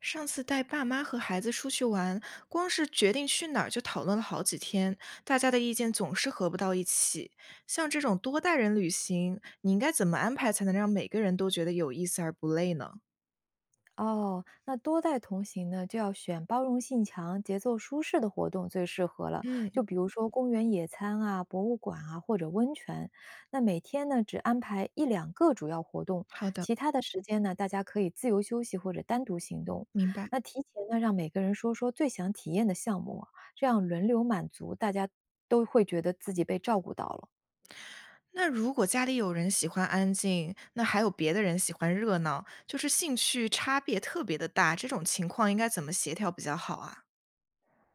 上次带爸妈和孩子出去玩，光是决定去哪儿就讨论了好几天，大家的意见总是合不到一起。像这种多带人旅行，你应该怎么安排才能让每个人都觉得有意思而不累呢？哦，那多代同行呢，就要选包容性强、节奏舒适的活动最适合了。嗯。就比如说公园野餐啊、博物馆啊或者温泉。那每天呢，只安排一两个主要活动，好的。其他的时间呢，大家可以自由休息或者单独行动。明白。那提前呢，让每个人说说最想体验的项目啊，这样轮流满足，大家都会觉得自己被照顾到了。那如果家里有人喜欢安静，那还有别的人喜欢热闹，就是兴趣差别特别的大，这种情况应该怎么协调比较好啊？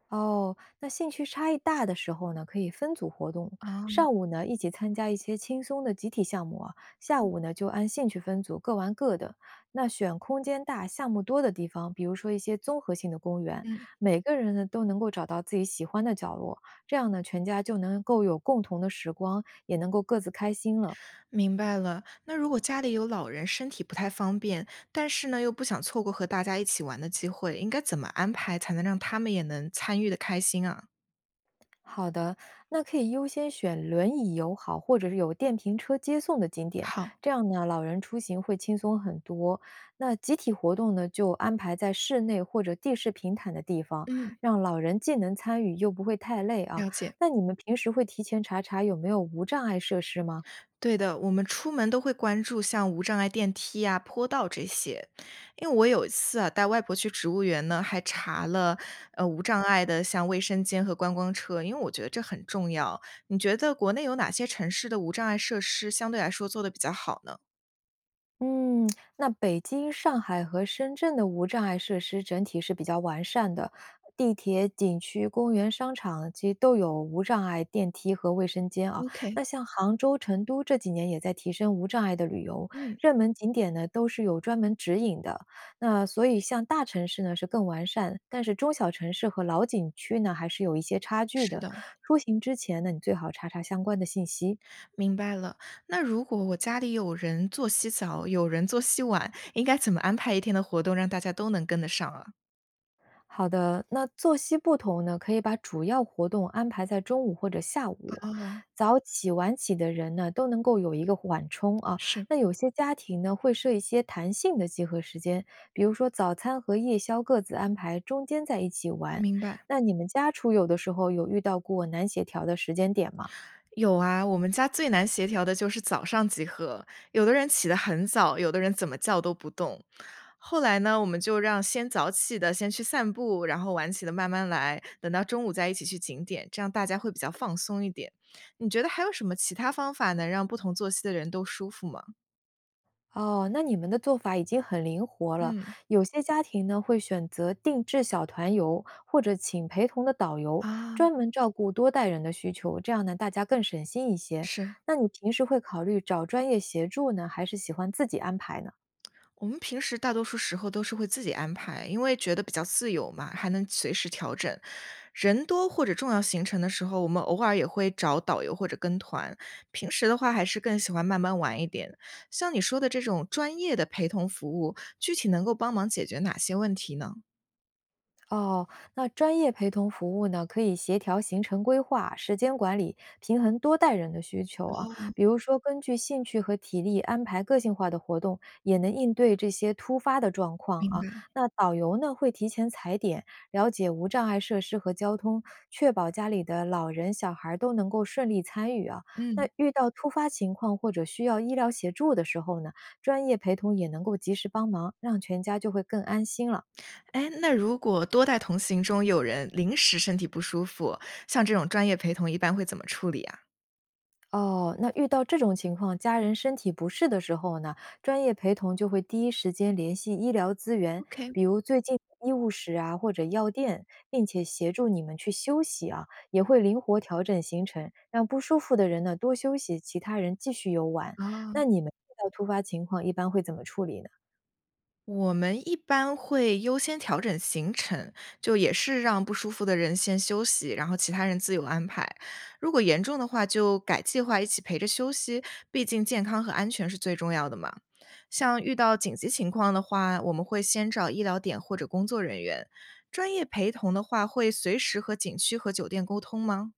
哦，那兴趣差异大的时候呢，可以分组活动，啊。上午呢一起参加一些轻松的集体项目啊，下午呢就按兴趣分组各玩各的。那选空间大、项目多的地方，比如说一些综合性的公园，嗯。每个人呢都能够找到自己喜欢的角落，这样呢全家就能够有共同的时光，也能够各自开心了。明白了。那如果家里有老人身体不太方便，但是呢又不想错过和大家一起玩的机会，应该怎么安排才能让他们也能参与的开心啊？好的，那可以优先选轮椅友好或者是有电瓶车接送的景点，好。这样呢，老人出行会轻松很多。那集体活动呢，就安排在室内或者地势平坦的地方，嗯。让老人既能参与又不会太累啊。了解。那你们平时会提前查查有没有无障碍设施吗？对的，我们出门都会关注像无障碍电梯啊、坡道这些。因为我有一次啊，带外婆去植物园呢，还查了无障碍的像卫生间和观光车，因为我觉得这很重要。你觉得国内有哪些城市的无障碍设施相对来说做的比较好呢？嗯，那北京、上海和深圳的无障碍设施整体是比较完善的，地铁、景区、公园、商场其实都有无障碍电梯和卫生间啊。OK。那像杭州、成都这几年也在提升无障碍的旅游，嗯。热门景点呢都是有专门指引的。那所以像大城市呢是更完善，但是中小城市和老景区呢还是有一些差距是的。的。出行之前呢，你最好查查相关的信息。明白了。那如果我家里有人做洗澡，有人做洗碗，应该怎么安排一天的活动，让大家都能跟得上啊？好的，那作息不同呢，可以把主要活动安排在中午或者下午。哦。早起晚起的人呢，都能够有一个缓冲啊。是。那有些家庭呢，会设一些弹性的集合时间，比如说早餐和夜宵各自安排，中间在一起玩。明白。那你们家出游的时候，有遇到过难协调的时间点吗？有啊，我们家最难协调的就是早上集合，有的人起得很早，有的人怎么叫都不动。后来呢，我们就让先早起的先去散步，然后晚起的慢慢来，等到中午再一起去景点，这样大家会比较放松一点。你觉得还有什么其他方法能让不同作息的人都舒服吗？哦，那你们的做法已经很灵活了。嗯。有些家庭呢，会选择定制小团游，或者请陪同的导游，啊。专门照顾多代人的需求，这样呢，大家更省心一些。是。那你平时会考虑找专业协助呢，还是喜欢自己安排呢？我们平时大多数时候都是会自己安排，因为觉得比较自由嘛，还能随时调整。人多或者重要行程的时候，我们偶尔也会找导游或者跟团。平时的话，还是更喜欢慢慢玩一点。像你说的这种专业的陪同服务，具体能够帮忙解决哪些问题呢？哦，那专业陪同服务呢，可以协调行程规划、时间管理，平衡多代人的需求啊。比如说，根据兴趣和体力安排个性化的活动，也能应对这些突发的状况明啊。白。那导游呢，会提前踩点，了解无障碍设施和交通，确保家里的老人、小孩儿都能够顺利参与啊。那嗯。遇到突发情况或者需要医疗协助的时候呢，专业陪同也能够及时帮忙，让全家就会更安心了。哎，那如果多代同行中有人临时身体不舒服，像这种专业陪同一般会怎么处理啊？哦，那遇到这种情况，家人身体不适的时候呢，专业陪同就会第一时间联系医疗资源，OK。比如最近的医务室啊或者药店，并且协助你们去休息啊，也会灵活调整行程，让不舒服的人呢多休息，其他人继续游玩。哦。那你们遇到突发情况一般会怎么处理呢？我们一般会优先调整行程，就也是让不舒服的人先休息，然后其他人自由安排。如果严重的话，就改计划一起陪着休息，毕竟健康和安全是最重要的嘛。像遇到紧急情况的话，我们会先找医疗点或者工作人员。专业陪同的话，会随时和景区和酒店沟通吗？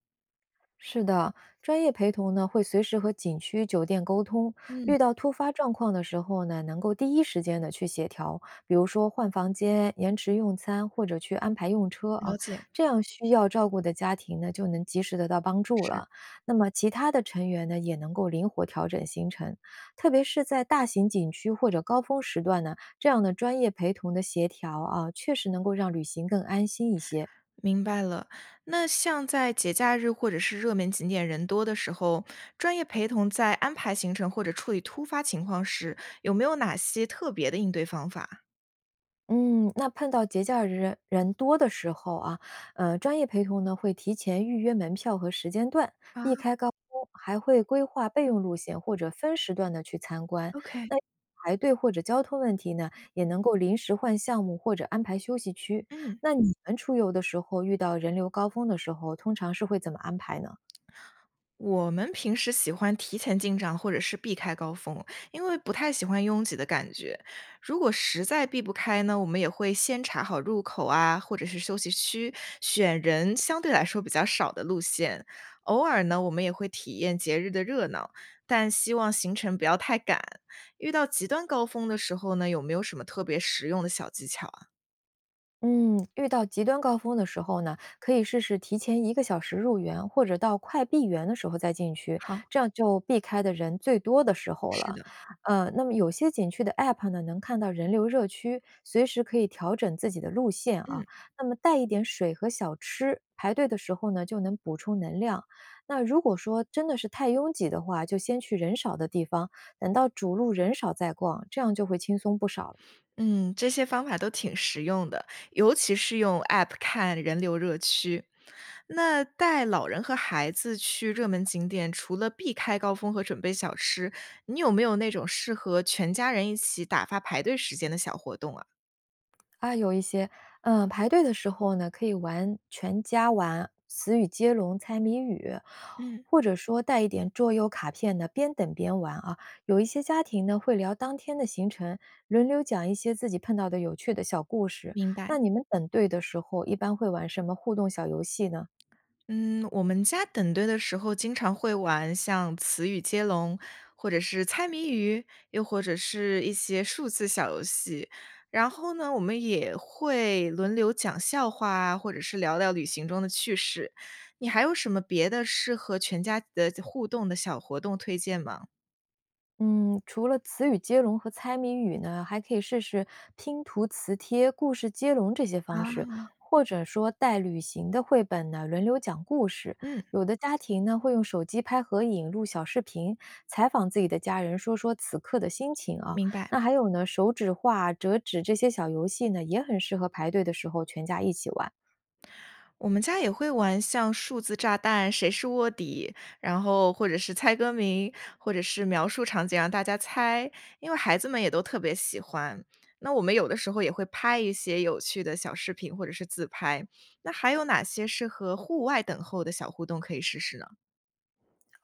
是的，专业陪同呢会随时和景区酒店沟通，嗯。遇到突发状况的时候呢，能够第一时间的去协调，比如说换房间、延迟用餐或者去安排用车了啊，解。这样需要照顾的家庭呢就能及时得到帮助是。了。那么其他的成员呢也能够灵活调整行程，特别是在大型景区或者高峰时段呢，这样的专业陪同的协调啊，确实能够让旅行更安心一些。明白了。那像在节假日或者是热门景点人多的时候，专业陪同在安排行程或者处理突发情况时，有没有哪些特别的应对方法？嗯，那碰到节假日人多的时候啊，专业陪同呢会提前预约门票和时间段，啊避开高峰，还会规划备用路线或者分时段的去参观。，OK。那排队或者交通问题呢，也能够临时换项目或者安排休息区。嗯。那你们出游的时候遇到人流高峰的时候，通常是会怎么安排呢？我们平时喜欢提前进账或者是避开高峰，因为不太喜欢拥挤的感觉。如果实在避不开呢，我们也会先查好入口啊，或者是休息区，选人相对来说比较少的路线。偶尔呢，我们也会体验节日的热闹，但希望行程不要太赶。遇到极端高峰的时候呢，有没有什么特别实用的小技巧啊？嗯，遇到极端高峰的时候呢，可以试试提前一个小时入园，或者到快闭园的时候再进去，好。这样就避开的人最多的时候是了。的。那么有些景区的 App 呢，能看到人流热区，随时可以调整自己的路线啊。嗯。那么带一点水和小吃，排队的时候呢，就能补充能量。那如果说真的是太拥挤的话，就先去人少的地方，等到主路人少再逛，这样就会轻松不少了。嗯，这些方法都挺实用的，尤其是用 App 看人流热区。那带老人和孩子去热门景点，除了避开高峰和准备小吃，你有没有那种适合全家人一起打发排队时间的小活动啊？啊，有一些，嗯，排队的时候呢，可以玩全家玩、词语接龙、猜谜语，嗯。或者说带一点桌游卡片的，边等边玩啊。有一些家庭呢，会聊当天的行程，轮流讲一些自己碰到的有趣的小故事。明白。那你们等队的时候，一般会玩什么互动小游戏呢？嗯，我们家等队的时候经常会玩像词语接龙，或者是猜谜语，又或者是一些数字小游戏。然后呢，我们也会轮流讲笑话啊，或者是聊聊旅行中的趣事。你还有什么别的适合全家的互动的小活动推荐吗？嗯，除了词语接龙和猜谜语呢，还可以试试拼图磁贴、故事接龙这些方式，啊。或者说带旅行的绘本呢，轮流讲故事。嗯。有的家庭呢，会用手机拍合影、录小视频，采访自己的家人，说说此刻的心情啊。明白。那还有呢，手指画、折纸这些小游戏呢，也很适合排队的时候全家一起玩。我们家也会玩像数字炸弹、谁是卧底，然后或者是猜歌名，或者是描述场景让大家猜，因为孩子们也都特别喜欢。那我们有的时候也会拍一些有趣的小视频或者是自拍。那还有哪些适合户外等候的小互动可以试试呢？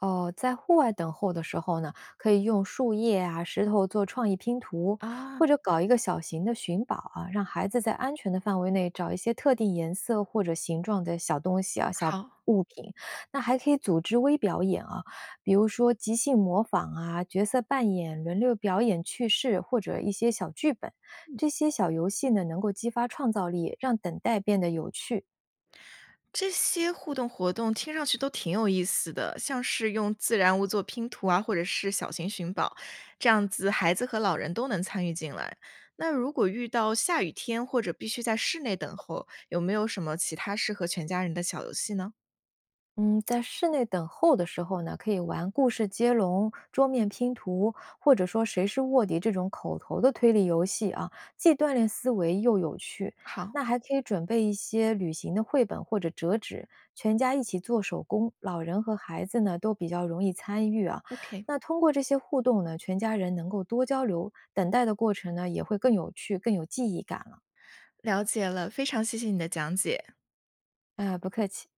哦，在户外等候的时候呢，可以用树叶啊、石头做创意拼图，啊。或者搞一个小型的寻宝啊，让孩子在安全的范围内找一些特定颜色或者形状的小东西啊、小好。物品。那还可以组织微表演啊，比如说即兴模仿啊、角色扮演、轮流表演趣事或者一些小剧本。这些小游戏呢，能够激发创造力，让等待变得有趣。这些互动活动听上去都挺有意思的，像是用自然物做拼图啊，或者是小型寻宝，这样子孩子和老人都能参与进来。那如果遇到下雨天或者必须在室内等候，有没有什么其他适合全家人的小游戏呢？嗯，在室内等候的时候呢，可以玩故事接龙、桌面拼图，或者说谁是卧底这种口头的推理游戏啊，既锻炼思维又有趣。好那还可以准备一些旅行的绘本或者折纸，全家一起做手工，老人和孩子呢都比较容易参与啊。，OK。那通过这些互动呢，全家人能够多交流，等待的过程呢也会更有趣、更有记忆感了。了解了，非常谢谢你的讲解。哎，不客气。